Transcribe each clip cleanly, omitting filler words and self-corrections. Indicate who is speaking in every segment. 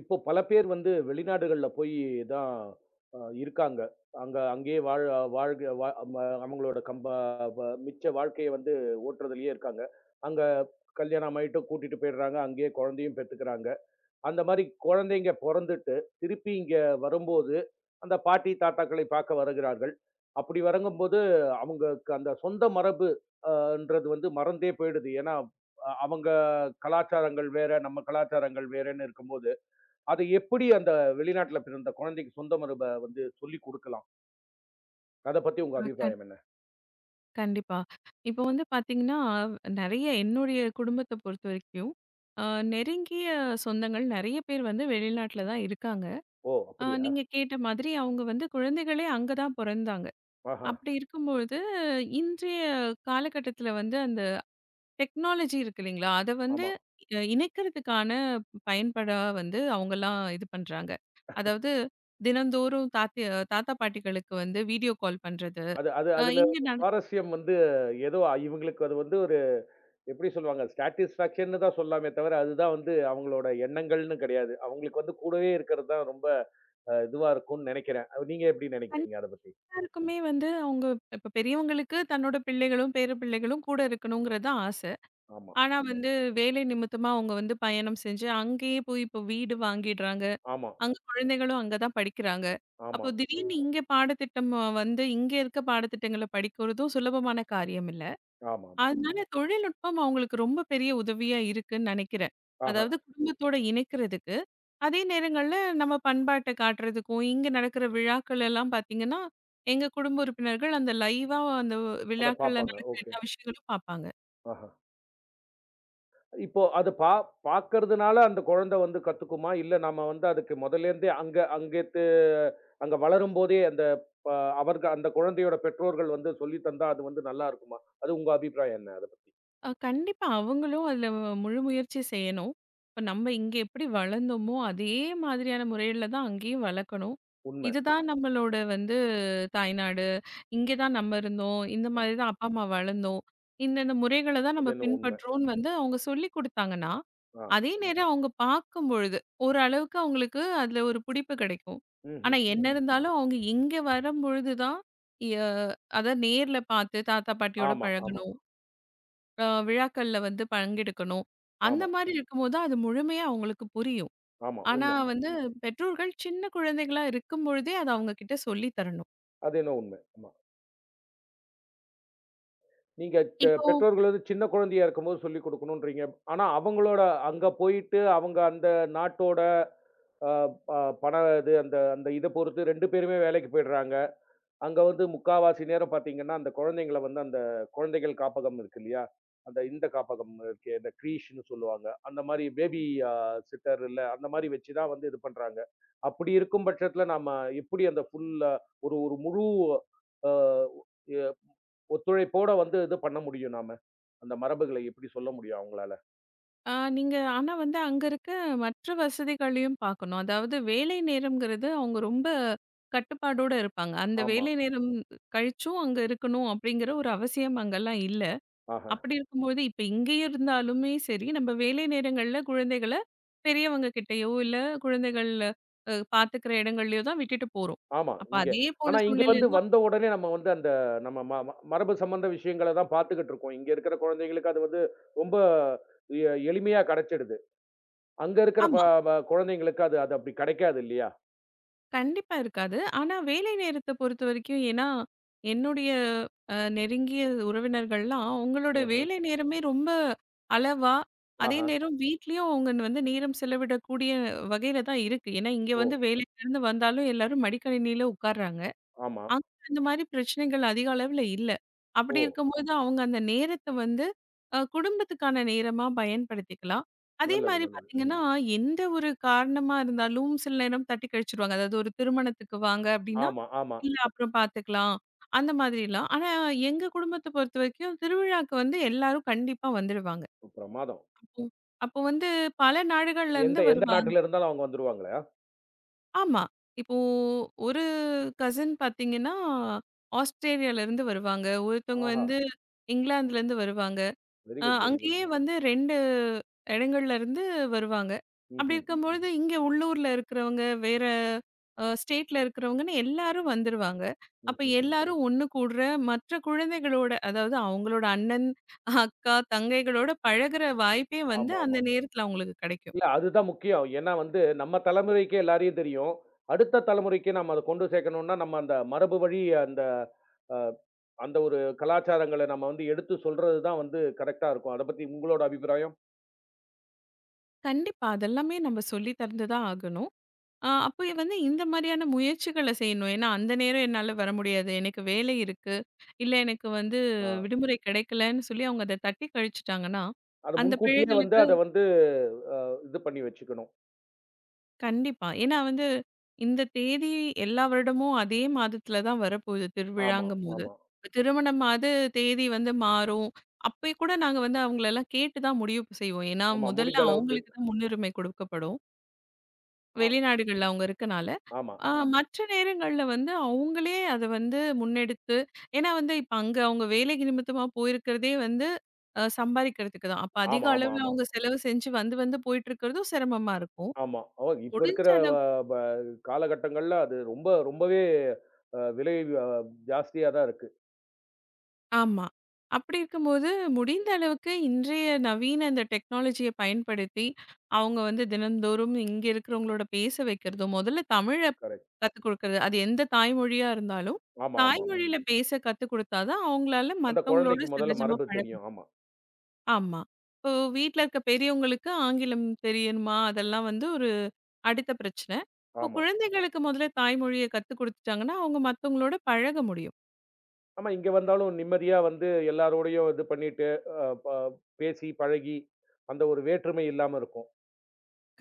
Speaker 1: இப்போ பல பேர் வந்து வெளிநாடுகள்ல போய் தான் இருக்காங்க. அங்கேயே வாழ் வாழ்க வ ம அவங்களோட கம்ப வ மிச்ச வாழ்க்கைய வந்து ஓட்டுறதுலயே இருக்காங்க. அங்க கல்யாணம் ஆயிட்டு கூட்டிட்டு போயிடுறாங்க. அங்கேயே குழந்தையும் பெத்துக்கிறாங்க. அந்த மாரி குழந்தைங்க பொறந்துட்டு, திருப்பி இங்க வரும்போது, அந்த பாட்டி, தாத்தாக்களை பார்க்க வருகிறார்கள். அப்படி வருங்கும்போது, அவங்களுக்கு அந்த சொந்த மரபு அ ன்றது வந்து மறந்தே போயிடுது. ஏன்னா, அவங்க கலாச்சாரங்கள் வேற, நம்ம கலாச்சாரங்கள் வேறன்னு இருக்கும்போது அது எப்படி அந்த வெளிநாட்டுல பிறந்த குழந்தைக்கு சொந்த மரப வந்து சொல்லிக் குடுக்கலாம்? அத பத்தி உங்க
Speaker 2: ஆ கண்
Speaker 1: அபிப்பிராயம் என்ன?
Speaker 2: கண்டிப்பா. இப்போ வந்து பார்த்தீங்கன்னா, நெறைய என்னுடைய குடும்பத்த பொறுத்த வரைக்கும், அ நெருங்கிய சொந்தங்கள் நெறைய பேர் வந்து வெளிநாட்ல தான் இருக்காங்க.
Speaker 1: ஓ! அப்படியா?
Speaker 2: நீங்க கேட்ட மாதிரி அவங்க வந்து குழந்தைகளே அங்க தான் பொறந்தாங்க.
Speaker 1: ஆஹா.
Speaker 2: அப்படி இருக்கும்பொழுது, இன்றைய காலகட்டத்தில வந்து அந்த டெக்னாலஜி இருக்கு இல்லைங்களா? அத வந்து
Speaker 1: ஆமா.
Speaker 2: இணைக்கிறதுக்கான பயன்படா வந்து அவங்கலாம் இது பண்றாங்க. அதாவது தினந்தோறும் தாத்தா, பாட்டிகளுக்கு வந்து வீடியோ கால் பண்றது.
Speaker 1: அது அது
Speaker 2: அ
Speaker 1: அதுல
Speaker 2: இங்க நட
Speaker 1: சுவாரஸ்யம் வந்து ஏதோ இவங்களுக்கு அது வந்து ஒரு எப்படி சொல்லுவாங்க? சாட்டிஸ்ஃபாக்ஷன்னு தான் சொல்லலாமே தவிர, அதுதான் வந்து அவங்களோட எண்ணங்கள்ன்னு கிடையாது. அவங்களுக்கு வந்து கூடவே இருக்கிறது தான் ரொம்ப இதுவா இருக்கும்னு நெனைக்கிறேன். நீங்க எப்படி நெனைக்கிறீங்க அத பத்தி?
Speaker 2: எல்லாருக்குமே வந்து அவங்க இப்ப பெரியவங்களுக்கு தன்னோட பிள்ளைகளும் பேர பிள்ளைகளும் கூட இருக்கணுங்கிறது தான் ஆசை.
Speaker 1: ஆமா,
Speaker 2: ஆனா வந்து வேலை நிமித்தமா அவங்க வந்து பயணம் செஞ்சு அங்கேயே போய் இப்போ வீடு வாங்கிடுறாங்க.
Speaker 1: ஆமா,
Speaker 2: அங்க குழந்தைகளும் அங்க தான் படிக்கிறாங்க. அப்போ
Speaker 1: ஆமா,
Speaker 2: திடீர்னு இங்க வந்து இங்க இருக்க பாடத்திட்டங்கள படிக்கிறதும் சுலபமான காரியம் இல்ல.
Speaker 1: ஆமாமா.
Speaker 2: அதனால தொழில்நுட்பம் அவங்களுக்கு ரொம்ப பெரிய உதவியா இருக்குன்னு நினைக்கிறேன்.
Speaker 1: ஆஹா.
Speaker 2: அதாவது குடும்பத்தோட இணைக்கிறதுக்கு. அதே நேரங்கள்ல நம்ம பண்பாட்ட காட்டுறதுக்கும், இங்க நடக்கிற விழாக்கள் எல்லாம் பார்த்தீங்கன்னா, எங்க குடும்ப உறுப்பினர்கள் அந்த லைவா அந்த
Speaker 1: அத
Speaker 2: விழாக்கள்ல
Speaker 1: பார்ப்பாங்க.
Speaker 2: நடக்கிற
Speaker 1: ஓகே.
Speaker 2: எல்லா விஷயங்களும் பார்ப்பாங்க.
Speaker 1: ஆஹா. இப்போ அது பா பார்க்கறதுனால அந்த குழந்தை வந்து கத்துக்குமா? இல்ல நம்ம வந்து அதுக்கு முதல்லேருந்தே அங்க வளரும்போதே அந்த ப அவர்க அந்த குழந்தையோட பெற்றோர்கள் வந்து சொல்லி தந்தா அது வந்து நல்லா இருக்குமா? அது உங்க அபிப்பிராயம் என்ன அத பத்தி?
Speaker 2: கண்டிப்பா. அவங்களும் முழு முயற்சி செய்யணும். இப்ப நம்ம இங்க எப்படி வளர்ந்தோமோ, அதே மாதிரியான முறையில தான் அங்கேயும் வளர்க்கணும்.
Speaker 1: உண்ம.
Speaker 2: இதுதான் நம்மளோட வந்து தாய்நாடு. இங்க தான் நம்ம இருந்தோம். இந்த
Speaker 1: ஆமா.
Speaker 2: மாதிரி தான் அப்பா, அம்மா வளர்ந்தோம். இந்தந்த முறைகள தான்
Speaker 1: அது
Speaker 2: நம்ம
Speaker 1: என்னவோ உண்ம.
Speaker 2: பின்பற்றோம்ன்னு வந்து அவங்க சொல்லிக் குடுத்தாங்கன்னா,
Speaker 1: ஆ.
Speaker 2: அதே நேரம் அவங்க பார்க்கும்பொழுது, ஓரளவுக்கு அவங்களுக்கு அதுல ஒரு பிடிப்பு கிடைக்கும்.
Speaker 1: ம்ஹ்ம்.
Speaker 2: ஆனா
Speaker 1: ம்.
Speaker 2: என்ன
Speaker 1: ம்.
Speaker 2: இருந்தாலும் அவங்க இங்க வரும்பொழுது தான், ய அத நேர்ல பார்த்து தாத்தா, பாட்டியோட
Speaker 1: ஆமா, ஆமா,
Speaker 2: பழகணும். விழாக்கள்ல வந்து பங்கெடுக்கணும். அந்த
Speaker 1: ஆமா,
Speaker 2: மாரி இருக்கும்போது தான் அது முழுமையா அவங்களுக்கு புரியும்.
Speaker 1: ஆமா.
Speaker 2: ஆனா
Speaker 1: உண்ம.
Speaker 2: வந்து பெற்றோர்கள் சின்ன குழந்தைகளா இருக்கும்பொழுதே அத அவங்க கிட்ட சொல்லி தரணும்.
Speaker 1: அது என்னவோ உண்ம. ஆமா. நீங்க
Speaker 2: இப்போ
Speaker 1: பெற்றோர்கள் வந்து சின்ன குழந்தையா இருக்கும்போது சொல்லிக் குடுக்கணுன்றீங்க. ஆனா அவங்களோட அங்க போயிட்டு அவங்க அந்த நாட்டோட அ ப பண இது அந்த அந்த இத பொறுத்து 2 பேருமே வேலைக்கு போயிடுறாங்க. அங்க வந்து முக்காவாசி நேரம் பார்த்தீங்கன்னா, அந்த குழந்தைங்கள வந்து அந்த குழந்தைகள் காப்பகம் இருக்கு இல்லையா? இந்த காப்பகம் இருக்கே, இந்த க்ரீச்ன்னு சொல்லுவாங்க. அந்த மாரி பேபி அ சிட்டர் இல்ல, அந்த மாரி வச்சு தான் வந்து இது பண்றாங்க. அப்படி இருக்கும் பட்சத்தில நம்ம எப்படி அந்த ஃபுல் ஒரு ஒரு முழு அ எ ஒத்துழைப்போட வந்து இது பண்ண முடியும் நாம? அந்த மரபுகள எப்படி சொல்ல முடியும் அவங்களால?
Speaker 2: அ நீங்க ஆனா வந்து அங்க இருக்க மற்ற வசதிகளையும் பார்க்கணும். அதாவது வேலை நேரம்ங்கிறது அவங்க ரொம்ப கட்டுப்பாடோட இருப்பாங்க. அந்த
Speaker 1: ஆமா.
Speaker 2: வேலை நேரம் கழிச்சும் அங்க இருக்கணும் அப்படிங்கிற ஒரு அவசியம் அங்கலாம் இல்ல.
Speaker 1: ஆஹ.
Speaker 2: அப்படி இருக்கும்போது, இப்ப இங்கே இருந்தாலுமே சரி, நம்ம வேலை நேரங்கள்ல குழந்தைகள பெரியவங்க கிட்டயோ, இல்ல குழந்தைகள் பார்த்துக்கிற இடங்கள்லயோ தான் விட்டுட்டு போறோம்.
Speaker 1: ஆமா.
Speaker 2: அப்ப
Speaker 1: இங்க.
Speaker 2: அதே போல
Speaker 1: ஆனா இங்க
Speaker 2: சூழ்நிலை
Speaker 1: வந்து
Speaker 2: தான்.
Speaker 1: வந்த உடனே நம்ம வந்து அந்த நம்ம ம ம மரபு சம்மந்த விஷயங்கள தான் பார்த்துக்கிட்டு இருக்கோம். இங்க இருக்கிற குழந்தைங்களுக்கு அது வந்து ரொம்ப எ எளிமையா கிடைச்சிடுது. அங்க இருக்கிற ப
Speaker 2: ஆமா.
Speaker 1: ப குழந்தைங்களுக்கு அது அது அப்படி கிடைக்காது இல்லையா?
Speaker 2: கண்டிப்பா இருக்காது. ஆனா வேலை நேரத்த பொறுத்தவரைக்கும். ஏன்னா, என்னுடைய நெருங்கிய உறவினர்கள்லாம் அவங்களோட
Speaker 1: ஆஹ.
Speaker 2: வேலை நேரமே ரொம்ப அளவா, அதே
Speaker 1: ஆஹா.
Speaker 2: நேரம் வீட்லயும் அவங்க வந்து நேரம் செலவிடக்கூடிய வகையில தான் இருக்கு. ஏன்னா, இங்க
Speaker 1: ஓ!
Speaker 2: வந்து வேலையிலேருந்து வந்தாலும் எல்லாரும் மடிக்கணினியில உட்கார்றாங்க.
Speaker 1: ஆமா.
Speaker 2: அங்க அந்த மாரி பிரச்சனைகள் அதிக அளவுல இல்ல. அப்படி
Speaker 1: ஓ!
Speaker 2: இருக்கும்போது அவங்க அந்த நேரத்த வந்து குடும்பத்துக்கான நேரமா பயன்படுத்திக்கலாம். அதே
Speaker 1: நல்லது,
Speaker 2: மாரி
Speaker 1: நல்லது.
Speaker 2: பார்த்தீங்கன்னா, எந்த ஒரு காரணமா இருந்தாலும் சில நேரம் தட்டி கழிச்சுருவாங்க. அதாவது ஒரு திருமணத்துக்கு வாங்க அப்படின்னா,
Speaker 1: ஆமா, ஆமா.
Speaker 2: இல்ல அப்புறம் பார்த்துக்கலாம். அந்த மாதிரிலாம். ஆனா எங்க குடும்பத்த பொறுத்தவரைக்கும் திருவிழாக்கு வந்து எல்லாரும் கண்டிப்பா வந்துடுவாங்க.
Speaker 1: பிரமாதம்.
Speaker 2: அப்போ அப்போ வந்து பல நாடுகள்ல இருந்து
Speaker 1: எந்த எந்த
Speaker 2: வருவாங்க.
Speaker 1: நாட்டில இருந்தாலும் அவங்க வந்துருவாங்களா?
Speaker 2: ஆமா. இப்போ ஒரு கசின் பார்த்தீங்கன்னா, ஆஸ்திரேலியாலருந்து வருவாங்க. ஒருத்தவங்க
Speaker 1: ஆஹா!
Speaker 2: வந்து இங்கிலாந்துலருந்து வருவாங்க.
Speaker 1: Very good, very good.
Speaker 2: அங்கேயே வந்து 2 இடங்கள்லருந்து வருவாங்க. அப்படி
Speaker 1: ம்ஹ்ம்.
Speaker 2: இருக்கும்பொழுது, இங்க உள்ளூர்ல இருக்கிறவங்க, வேற ஸ்டேட்ல இருக்கிறவங்கன்னு எல்லாரும் வந்துருவாங்க. அப்ப
Speaker 1: ம்ஹ்ம்.
Speaker 2: எல்லாரும் ஒண்ணு கூடுற மற்ற குழந்தைகளோட, அதாவது அவங்களோட அண்ணன், அக்கா, தங்கைகளோட பழகுற வாய்ப்பே வந்து அந்த
Speaker 1: ஆமாமா.
Speaker 2: நேரத்துல அவங்களுக்கு கெடைக்கும்.
Speaker 1: இல்ல அதுதான் முக்கியம். ஏன்னா வந்து நம்ம தலைமுறைக்கு எல்லாரையும் தெரியும். அடுத்த தலைமுறைக்கு நம்ம அத கொண்டு சேர்க்கணும்னா, நம்ம அந்த மரபு வழி அந்த அ அந்த ஒரு கலாச்சாரங்கள நம்ம வந்து எடுத்து சொல்றது தான் வந்து கரெக்ட்டா இருக்கும். அத பத்தி உங்களோட அபிப்பிராயம்?
Speaker 2: கண்டிப்பா அதெல்லாமே நம்ம சொல்லி தந்து தான் ஆகணும். அப்போ வந்து இந்த மாதிரியான முயற்சிகள செய்யணும். ஏன்னா, அந்த நேரம் என்னால வர முடியாது. எனக்கு வேலை இருக்கு. இல்ல எனக்கு வந்து
Speaker 1: ஆ
Speaker 2: விடுமுறை கிடைக்கலன்னு சொல்லி அவங்க அத தட்டி கழிச்சுட்டாங்கன்னா,
Speaker 1: அத
Speaker 2: அந்த
Speaker 1: முன்கூட்டியே வந்து
Speaker 2: பிழைகளுக்கு
Speaker 1: அத வந்து அ இது பண்ணி வச்சுக்கணும்.
Speaker 2: கண்டிப்பா. ஏன்னா வந்து இந்த தேதி எல்லா வருடமும் அதே மாதத்துல தான் வரப்போகுது
Speaker 1: ஆமா,
Speaker 2: திருவிழாங்கும்போது.
Speaker 1: ஆமா,
Speaker 2: திருமணமாவது தேதி வந்து மாறும். அப்பயும் கூட நாங்க வந்து அவங்களலாம் கேட்டு தான் முடிவு செய்வோம். ஏன்னா
Speaker 1: ஆமா.
Speaker 2: முதல்ல
Speaker 1: முடிந்த அளவுக்கு.
Speaker 2: அவங்களுக்கு தான் முன்னுரிமை கொடுக்கப்படும்.
Speaker 1: ஆ
Speaker 2: வெளிநாடுகள்ல அவங்க இருக்கனால.
Speaker 1: ஆமா,
Speaker 2: அ மற்ற நேரங்கள்ல வந்து அவங்களே அத வந்து முன்னெடுத்து. ஏன்னா வந்து இப்ப அங்க அவங்க வேலைக்கு நிமித்தமா போயிருக்கிறதே வந்து சம்பாரிக்கிறதுக்கு தான். அப்ப அதிக
Speaker 1: ஆமா, ஆமா,
Speaker 2: அளவுல
Speaker 1: ஆமா,
Speaker 2: அவங்க செலவு செஞ்சு வந்து வந்து போயிட்டு இருக்கிறதும் சிரமமா இருக்கும்.
Speaker 1: ஆமா. ஓ! இப்ப
Speaker 2: முடிஞ்ச
Speaker 1: இருக்கிற
Speaker 2: அளவு
Speaker 1: ப காலகட்டங்கள்ல அது ரொம்ப ரொம்பவே அ விலை அ ஜாஸ்தியா தான் இருக்கு.
Speaker 2: ஆமா. அப்படி இருக்கும்போது, முடிந்த அளவுக்கு இன்றைய நவீன இந்த டெக்னாலஜிய பயன்படுத்தி, அவங்க வந்து தினந்தோறும் இங்க இருக்கிறவங்களோட பேச வைக்கிறதும், முதல்ல தமிழ
Speaker 1: கரெக்ட்.
Speaker 2: கத்துக் குடுக்கறது. அது எந்த தாய்மொழியா இருந்தாலும்,
Speaker 1: ஆமா, ஆமா, ஆமா.
Speaker 2: தாய்மொழியில பேச கத்துக் குடுத்தா தான் அவங்களால
Speaker 1: அந்த
Speaker 2: மத்தவங்களோட
Speaker 1: குழந்தைக்கு முதல்ல
Speaker 2: சகஜமா
Speaker 1: மரபு
Speaker 2: பழக.
Speaker 1: தெரியும். ஆமா,
Speaker 2: ஆமா. இப்போ வீட்ல இருக்க பெரியவங்களுக்கு ஆங்கிலம் தெரியணுமா? அதெல்லாம் வந்து ஒரு அடுத்த பிரச்சனை. இப்போ
Speaker 1: ஆமா.
Speaker 2: குழந்தைகளுக்கு முதல்ல தாய்மொழிய கத்துக் குடுத்துட்டாங்கன்னா, அவங்க மத்தவங்களோட பழக முடியும்.
Speaker 1: ஆமா, இங்க வந்தாலும் நிம்மதியா வந்து எல்லாரோடையும் இது பண்ணிட்டு, அ ப பேசி, பழகி, அந்த ஒரு வேற்றுமை இல்லாம இருக்கும்.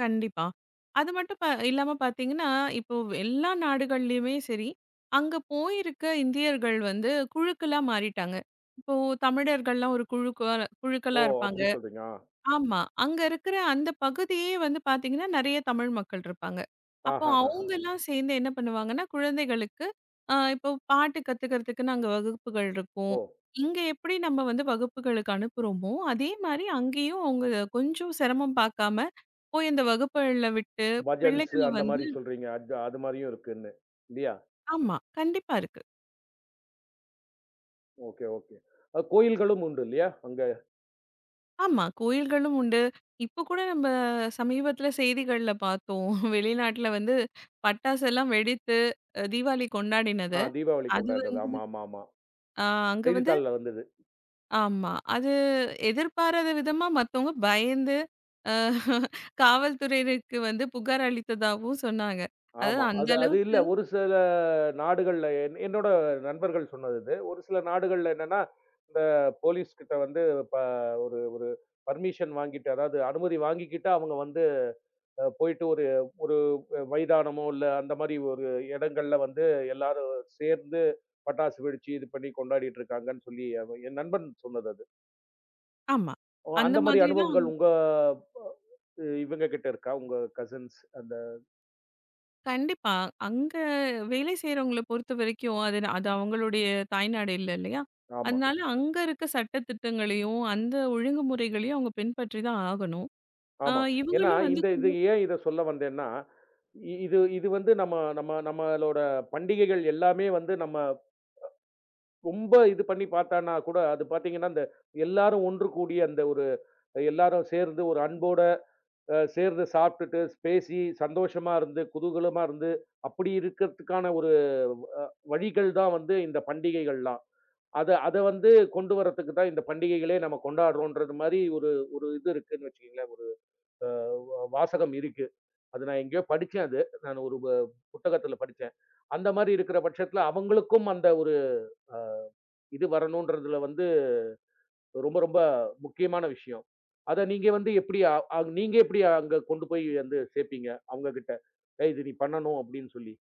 Speaker 2: கண்டிப்பா. அது மட்டும் இல்லாம பார்த்தீங்கன்னா, இப்போ எல்லா நாடுகள்லயுமே சரி, அங்க போயிருக்க இந்தியர்கள் வந்து குழுக்களா மாறிட்டாங்க. இப்போ தமிழர்கள்லாம் ஒரு குழுக்களா குழுக்களா
Speaker 1: ஓ!
Speaker 2: இருப்பாங்க.
Speaker 1: அப்படி சொல்றீங்க. ஆ.
Speaker 2: ஆமா. அங்க இருக்கிற அந்த பகுதியே வந்து பார்த்தீங்கன்னா, நெறைய தமிழ் மக்கள் இருப்பாங்க. அப்போ
Speaker 1: ஆஹஹஹ.
Speaker 2: அவங்கலாம் சேர்ந்து என்ன பண்ணுவாங்கன்னா, குழந்தைகளுக்கு இப்போ பாட்டு கத்துக்கிறதுக்குன்னு அங்க வகுப்புகள் இருக்கும்.
Speaker 1: ஓ!
Speaker 2: இங்க எப்படி நம்ம வந்து வகுப்புகளுக்கு அனுப்புறோமோ, அதே மாரி அங்கேயும் அவங்க கொஞ்சம் சிரமம் பார்க்காம, போய் அந்த வகுப்புகள்ல விட்டு
Speaker 1: பஜன்ஸ்
Speaker 2: பிள்ளைகள
Speaker 1: அந்த
Speaker 2: வந்து.
Speaker 1: மாரி சொல்றீங்க. அது அது மாரியும் இருக்குன்னு. இல்லையா?
Speaker 2: ஆமா. கண்டிப்பா இருக்கு.
Speaker 1: Okay, okay. கோயில்களும் உண்டு இல்லையா? அங்க.
Speaker 2: ஆமா. கோயில்களும் உண்டு. இப்போ கூட நம்ம சமீபத்தில செய்திகள்ல பார்த்தோம். வெளிநாட்ல வந்து பட்டாசெல்லாம் வெடித்து தீபாவளி கொண்டாடினது.
Speaker 1: ஆ தீபாவளி
Speaker 2: அது
Speaker 1: கொண்டாடுறது.
Speaker 2: வந்து
Speaker 1: ஆமா, ஆமா, ஆமா.
Speaker 2: ஆ அங்க வந்து.
Speaker 1: செய்தித்தாள்ல வந்தது.
Speaker 2: ஆமா. அது எதிர்பாராத விதமா மத்தவங்க பயந்து, அ காவல்துறையினருக்கு வந்து புகார் அளித்ததாவும் சொன்னாங்க. அதாவது
Speaker 1: ஆமா.
Speaker 2: அந்த
Speaker 1: அது அது
Speaker 2: அளவுக்கு
Speaker 1: இல்ல. ஒரு சில நாடுகள்ல என்னோட நண்பர்கள் சொன்னது இது. ஒரு சில நாடுகள்ல என்னன்னா, இந்த போலீஸ் கிட்ட வந்து ப ஒரு ஒரு பர்மிஷன் வாங்கிட்டு, அதாவது அனுமதி வாங்கிக்கிட்டு அவங்க வந்து போயிட்டு ஒரு ஒரு மைதானமோ, இல்ல அந்த மாரி ஒரு இடங்கள்ல வந்து எல்லாரும் சேர்ந்து பட்டாசு வெடிச்சு, இது பண்ணி கொண்டாடிட்டு இருக்காங்கன்னு சொல்லி என் நண்பன் சொன்னது அது.
Speaker 2: ஆமா.
Speaker 1: ஓ!
Speaker 2: அந்த
Speaker 1: அந்த மாரி
Speaker 2: மாதிரி தான்.
Speaker 1: அனுபவங்கள் உங்க அ இவங்க கிட்ட இருக்கா? உங்க கசின்ஸ் அந்த
Speaker 2: கண்டிப்பா. அங்க வேலை செய்றவங்கள பொறுத்தவரைக்கும், அது அது அவங்களுடைய தாய்நாடு இல்ல இல்லையா?
Speaker 1: ஆமா.
Speaker 2: அதனால அங்க இருக்க சட்ட திட்டங்களையும், அந்த ஒழுங்குமுறைகளையும் அவங்க பின்பற்றி தான் ஆகணும். ஆ
Speaker 1: ஆமா. ஏன்னா,
Speaker 2: இவங்களும் வந்து
Speaker 1: இந்த இது
Speaker 2: குழுக்ல
Speaker 1: ஏன் இத சொல்ல வந்தேன்னா, இ இது இது வந்து நம்ம நம்ம நம்மளோட பண்டிகைகள் எல்லாமே வந்து நம்ம ரொம்ப இது பண்ணி பாத்தான்னா கூட, அது பாத்தீங்கன்னா, இந்த எல்லாரும் ஒன்று கூடி அந்த ஒரு எல்லாரும் சேர்ந்து ஒரு அன்போட சேர்ந்து சாப்ட்டுட்டு, பேசி, சந்தோஷமா இருந்து, குதூகலமா இருந்து, அப்படி இருக்கிறதுக்கான ஒரு வழிகள் தான் வந்து இந்த பண்டிகைகள்லாம். அத அத வந்து கொண்டு வரதுக்கு தான் இந்த பண்டிகைகளே நம்ம கொண்டாடுறோம்ன்றது மாரி ஒரு ஒரு இது இருக்குன்னு வச்சுக்கங்களேன். ஒரு வாசகம் இருக்கு. அது நான் எங்கேயோ படிச்சேன் அது. நான் ஒரு புத்தகத்துல படிச்சேன். அந்த மாரி இருக்கிற பட்சத்துல, அவங்களுக்கும் அந்த ஒரு இது வரணுன்றதுல வந்து ரொம்ப ரொம்ப முக்கியமான விஷயம். அத நீங்க வந்து எப்படி அ அங் நீங்க எப்படி அங்க கொண்டு போய் வந்து சேர்ப்பீங்க அவங்ககிட்ட? "ஏய் இது நீ பண்ணணும்" அப்படின்னு சொல்லி.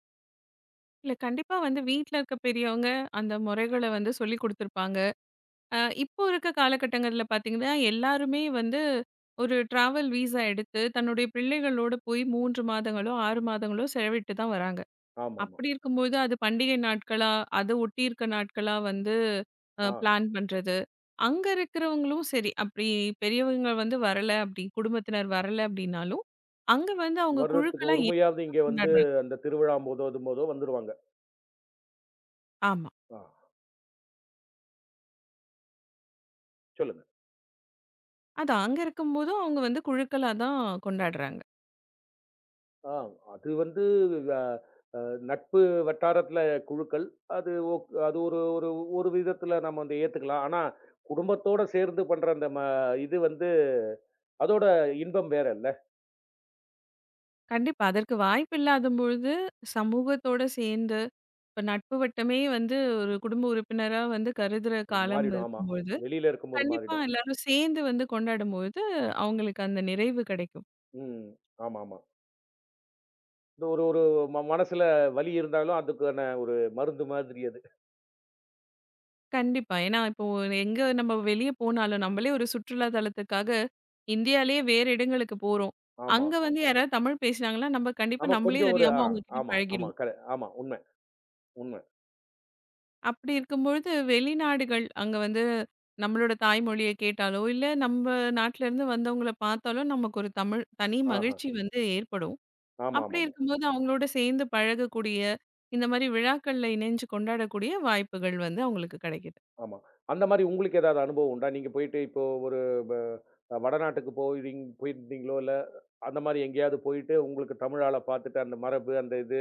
Speaker 2: கண்டிப்பா வந்து வீட்ல இருக்க பெரியவங்க அந்த முறைகள வந்து சொல்லிக் குடுத்துருப்பாங்க. இப்போ இருக்க காலகட்டங்கள்ல பார்த்தீங்கன்னா, எல்லாருமே வந்து ஒரு ட்ராவல் வீசா எடுத்து, தன்னுடைய பிள்ளைகளோட போய் 3 மாதங்களோ, 6 மாதங்களோ செலவிட்டு தான் வராங்க.
Speaker 1: ஆமாமா.
Speaker 2: அப்படி இருக்கும்போது, அது பண்டிகை நாட்களா, அது ஒட்டி இருக்க நாட்களா வந்து
Speaker 1: ஆ.
Speaker 2: பிளான் பண்றது. அங்க இருக்கிறவங்களும் சரி, அப்படி பெரியவங்க வந்து வரல, அப்படி குடும்பத்தினர் வரல அப்படின்னாலும், அங்க வந்து அவங்க
Speaker 1: வருடத்துக்கு
Speaker 2: குழுக்களா
Speaker 1: ஒரு
Speaker 2: ஏன்
Speaker 1: முறையாவது இங்க வந்து
Speaker 2: கொண்டாடுறாங்க?
Speaker 1: அந்த திருவிழாம்போதோ, இதும்போதோ வந்துருவாங்க.
Speaker 2: ஆமா.
Speaker 1: ஆ. சொல்லுங்க.
Speaker 2: அதான் அங்க இருக்கும்போதும் அவங்க வந்து குழுக்களா தான் கொண்டாடுறாங்க.
Speaker 1: ஆ, அது வந்து அ அ நட்பு வட்டாரத்தில குழுக்கள். அது ஒரு ஒரு ஒரு விதத்தில நம்ம வந்து ஏத்துக்கலாம். ஆனா, குடும்பத்தோட சேர்ந்து பண்ற அந்த இது வந்து அதோட இன்பம் வேறல்ல.
Speaker 2: கண்டிப்பா. அதற்கு வாய்ப்பு இல்லாதம்பொழுது, சமூகத்தோட சேர்ந்து, இப்ப நட்பு வட்டமே வந்து ஒரு குடும்ப உறுப்பினரா வந்து கருதுற
Speaker 1: அப்படி
Speaker 2: காலம்
Speaker 1: மாறிடும். ஆமா.
Speaker 2: இருக்கும்பொழுது,
Speaker 1: வெளியில இருக்கும்போது
Speaker 2: கண்டிப்பா
Speaker 1: மாறிடும்.
Speaker 2: எல்லாரும் சேர்ந்து வந்து கொண்டாடும்பொழுது, அவங்களுக்கு அந்த நிறைவு கிடைக்கும்.
Speaker 1: ம். ஆமாமா. இந்த ஒரு ஒரு மனசுல வலி இருந்தாலும் அதுக்கான ஒரு மருந்து மாதிரி அது.
Speaker 2: கண்டிப்பா. ஏன்னா, இப்போ எங்க நம்ம வெளிய போனாலும், நம்மளே ஒரு சுற்றுலா தலத்துக்காக இந்தியாலயே வேறு இடங்களுக்கு போறோம்.
Speaker 1: ஆமா.
Speaker 2: அங்க வந்து யாராவது தமிழ் பேசினாங்கன்னா, நம்ம கண்டிப்பா
Speaker 1: ஆமா
Speaker 2: நம்மளே
Speaker 1: கொஞ்சம் ஒரு
Speaker 2: அறியாம
Speaker 1: ஆ
Speaker 2: அவங்க கிட்ட
Speaker 1: ஆமா, ஆமா.
Speaker 2: பழகிடுவோம்.
Speaker 1: ஆமா. உண்மை, உண்மை.
Speaker 2: அப்படி இருக்கும்பொழுது, வெளிநாடுகள் அங்க வந்து நம்மளோட தாய்மொழிய கேட்டாலோ, இல்ல நம்ப நாட்டிலேருந்து வந்தவங்கள பார்த்தாலோ, நமக்கு ஒரு தமிழ் தனி
Speaker 1: ஆஹ.
Speaker 2: மகிழ்ச்சி வந்து ஏற்படும். அப்படி
Speaker 1: ஆமாமாமா.
Speaker 2: இருக்கும்போது, அவங்களோட சேர்ந்து பழகக்கூடிய, இந்த மாரி விழாக்கள்ல இணைஞ்சு கொண்டாடக்கூடிய வாய்ப்புகள் வந்து அவங்களுக்கு கிடைக்குது.
Speaker 1: ஆமா. அந்த மாரி உங்களுக்கு ஏதாவது அனுபவம் உண்டா? நீங்க போயிட்டு இப்போ ஒரு வ வடநாட்டுக்கு போயிருந்தீங்களோ, இல்ல அந்த மாரி எங்கேயாவது போயிட்டு உங்களுக்கு தமிழ் ஆள பார்த்துட்டு அந்த மரபு, அந்த இது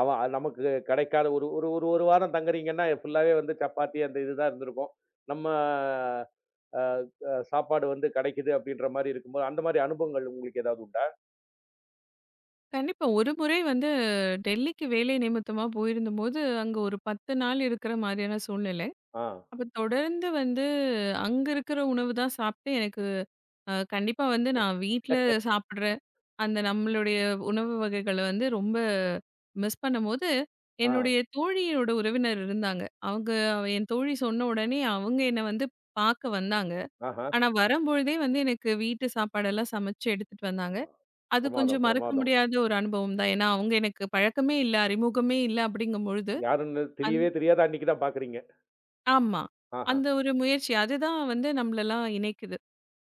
Speaker 1: அவன் அ நமக்கு கிடைக்காத ஒரு ஒரு ஒரு ஒரு வாரம் தங்குறீங்கன்னா, ஃபுல்லாவே வந்து சப்பாத்தி அந்த இது தான் இருந்திருக்கும். நம்ம அ அ சாப்பாடு வந்து கிடைக்குது அப்படின்ற மாரி இருக்கும்போது, அந்த மாரி அனுபவங்கள் உங்களுக்கு ஏதாவது உண்டா?
Speaker 2: கண்டிப்பா. ஒரு முறை வந்து டெல்லிக்கு வேலை நிமித்தமா போயிருந்தபோது, அங்க ஒரு 10 நாள் இருக்கிற மாரியான சூழ்நிலை.
Speaker 1: ஆ,
Speaker 2: அப்ப தொடர்ந்து வந்து அங்க இருக்கிற உணவு தான் சாப்பிட்டு எனக்கு கண்டிப்பா வந்து நான் வீட்ல சாப்பிடுற அந்த நம்மளுடைய உணவு வகைகள வந்து ரொம்ப மிஸ் பண்ணும்போது,
Speaker 1: ஆ,
Speaker 2: என்னுடைய தோழியோட உறவினர் இருந்தாங்க. அவங்க என் தோழி சொன்ன உடனே அவங்க என்ன வந்து பார்க்க வந்தாங்க.
Speaker 1: ஆஹா.
Speaker 2: ஆனா வரும்பொழுதே வந்து எனக்கு வீட்டு சாப்பாடெல்லாம் சமைச்சு எடுத்துட்டு வந்தாங்க. அது
Speaker 1: பிரமாதம்,
Speaker 2: கொஞ்சம் மறக்க
Speaker 1: பிரமாதம்.
Speaker 2: முடியாத ஒரு அனுபவம் தான். ஏன்னா அவங்க எனக்கு பழக்கமே இல்ல, அறிமுகமே இல்ல அப்படிங்கும்பொழுது.
Speaker 1: யாருன்னு தெரியவே தெரியாது. அன்னைக்கு தான் பார்க்குறீங்க.
Speaker 2: ஆமா.
Speaker 1: ஆஹா,
Speaker 2: அந்த ஒரு முயற்சி. அதுதான் வந்து நம்மளலாம் இணைக்குது.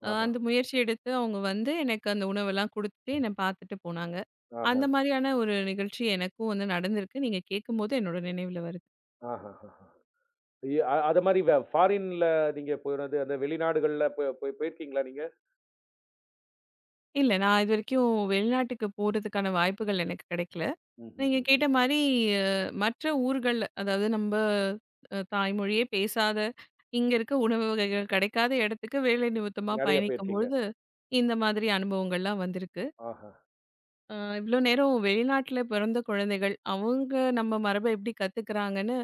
Speaker 1: ஆஹா,
Speaker 2: அந்த முயற்சி எடுத்து அவங்க வந்து எனக்கு அந்த உணவெல்லாம் குடுத்துட்டு என்ன பார்த்துட்டு போனாங்க.
Speaker 1: ஆஹா,
Speaker 2: அந்த மாரியான ஒரு நிகழ்ச்சி எனக்கும் வந்து நடந்திருக்கு. நீங்க கேட்கும்போது என்னோட நினைவுல வருது.
Speaker 1: ஆஹாஹா. இ அ அது மாரி ஃபாரின்ல நீங்க போனது, அந்த வெளிநாடுகள்ல போ போய் போயிருக்கீங்களா நீங்க?
Speaker 2: இல்ல நான் இதுவரைக்கும் வெளிநாட்டுக்கு போறதுக்கான வாய்ப்புகள் எனக்கு கிடைக்கல. நீங்க
Speaker 1: ம்ஹ்ஹ்ஹ்ம்.
Speaker 2: கேட்ட மாரி அ மற்ற ஊர்கள்ல அதாவது நம்ப தாய்மொழியே பேசாத, இங்க இருக்க உணவு வகைகள் கிடைக்காத இடத்துக்கு வேலை நிமித்தமா
Speaker 1: நெறைய போயிருக்கீங்க.
Speaker 2: பயணிக்கும்பொழுது, இந்த மாதிரி அனுபவங்கள்லாம் வந்திருக்கு.
Speaker 1: ஆஹா!
Speaker 2: இவ்ளோ நேரம் வெளிநாட்ல பிறந்த குழந்தைகள், அவங்க நம்ம மரபை எப்படி கத்துக்கிறாங்கன்னு,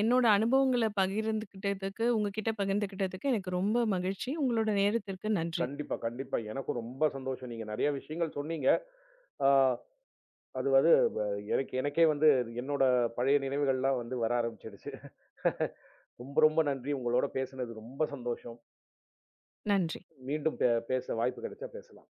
Speaker 2: என்னோட அனுபவங்கள பகிர்ந்துக்கிட்டதுக்கு உங்ககிட்ட பகிர்ந்துக்கிட்டதுக்கு எனக்கு ரொம்ப மகிழ்ச்சி. உங்களோட நேரத்திற்கு நன்றி.
Speaker 1: கண்டிப்பா, கண்டிப்பா. எனக்கும் ரொம்ப சந்தோஷம். நீங்க நெறைய விஷயங்கள் சொன்னீங்க. ஆ அது வந்து வ எனக்கே வந்து என்னோட பழைய நினைவுகள்லாம் வந்து வர ஆரம்பிச்சிடுச்சு. ரொம்ப ரொம்ப நன்றி. உங்களோட பேசுனது ரொம்ப சந்தோஷம்.
Speaker 2: நன்றி.
Speaker 1: மீண்டும் பேச வாய்ப்பு கிடைச்சா பேசலாம்.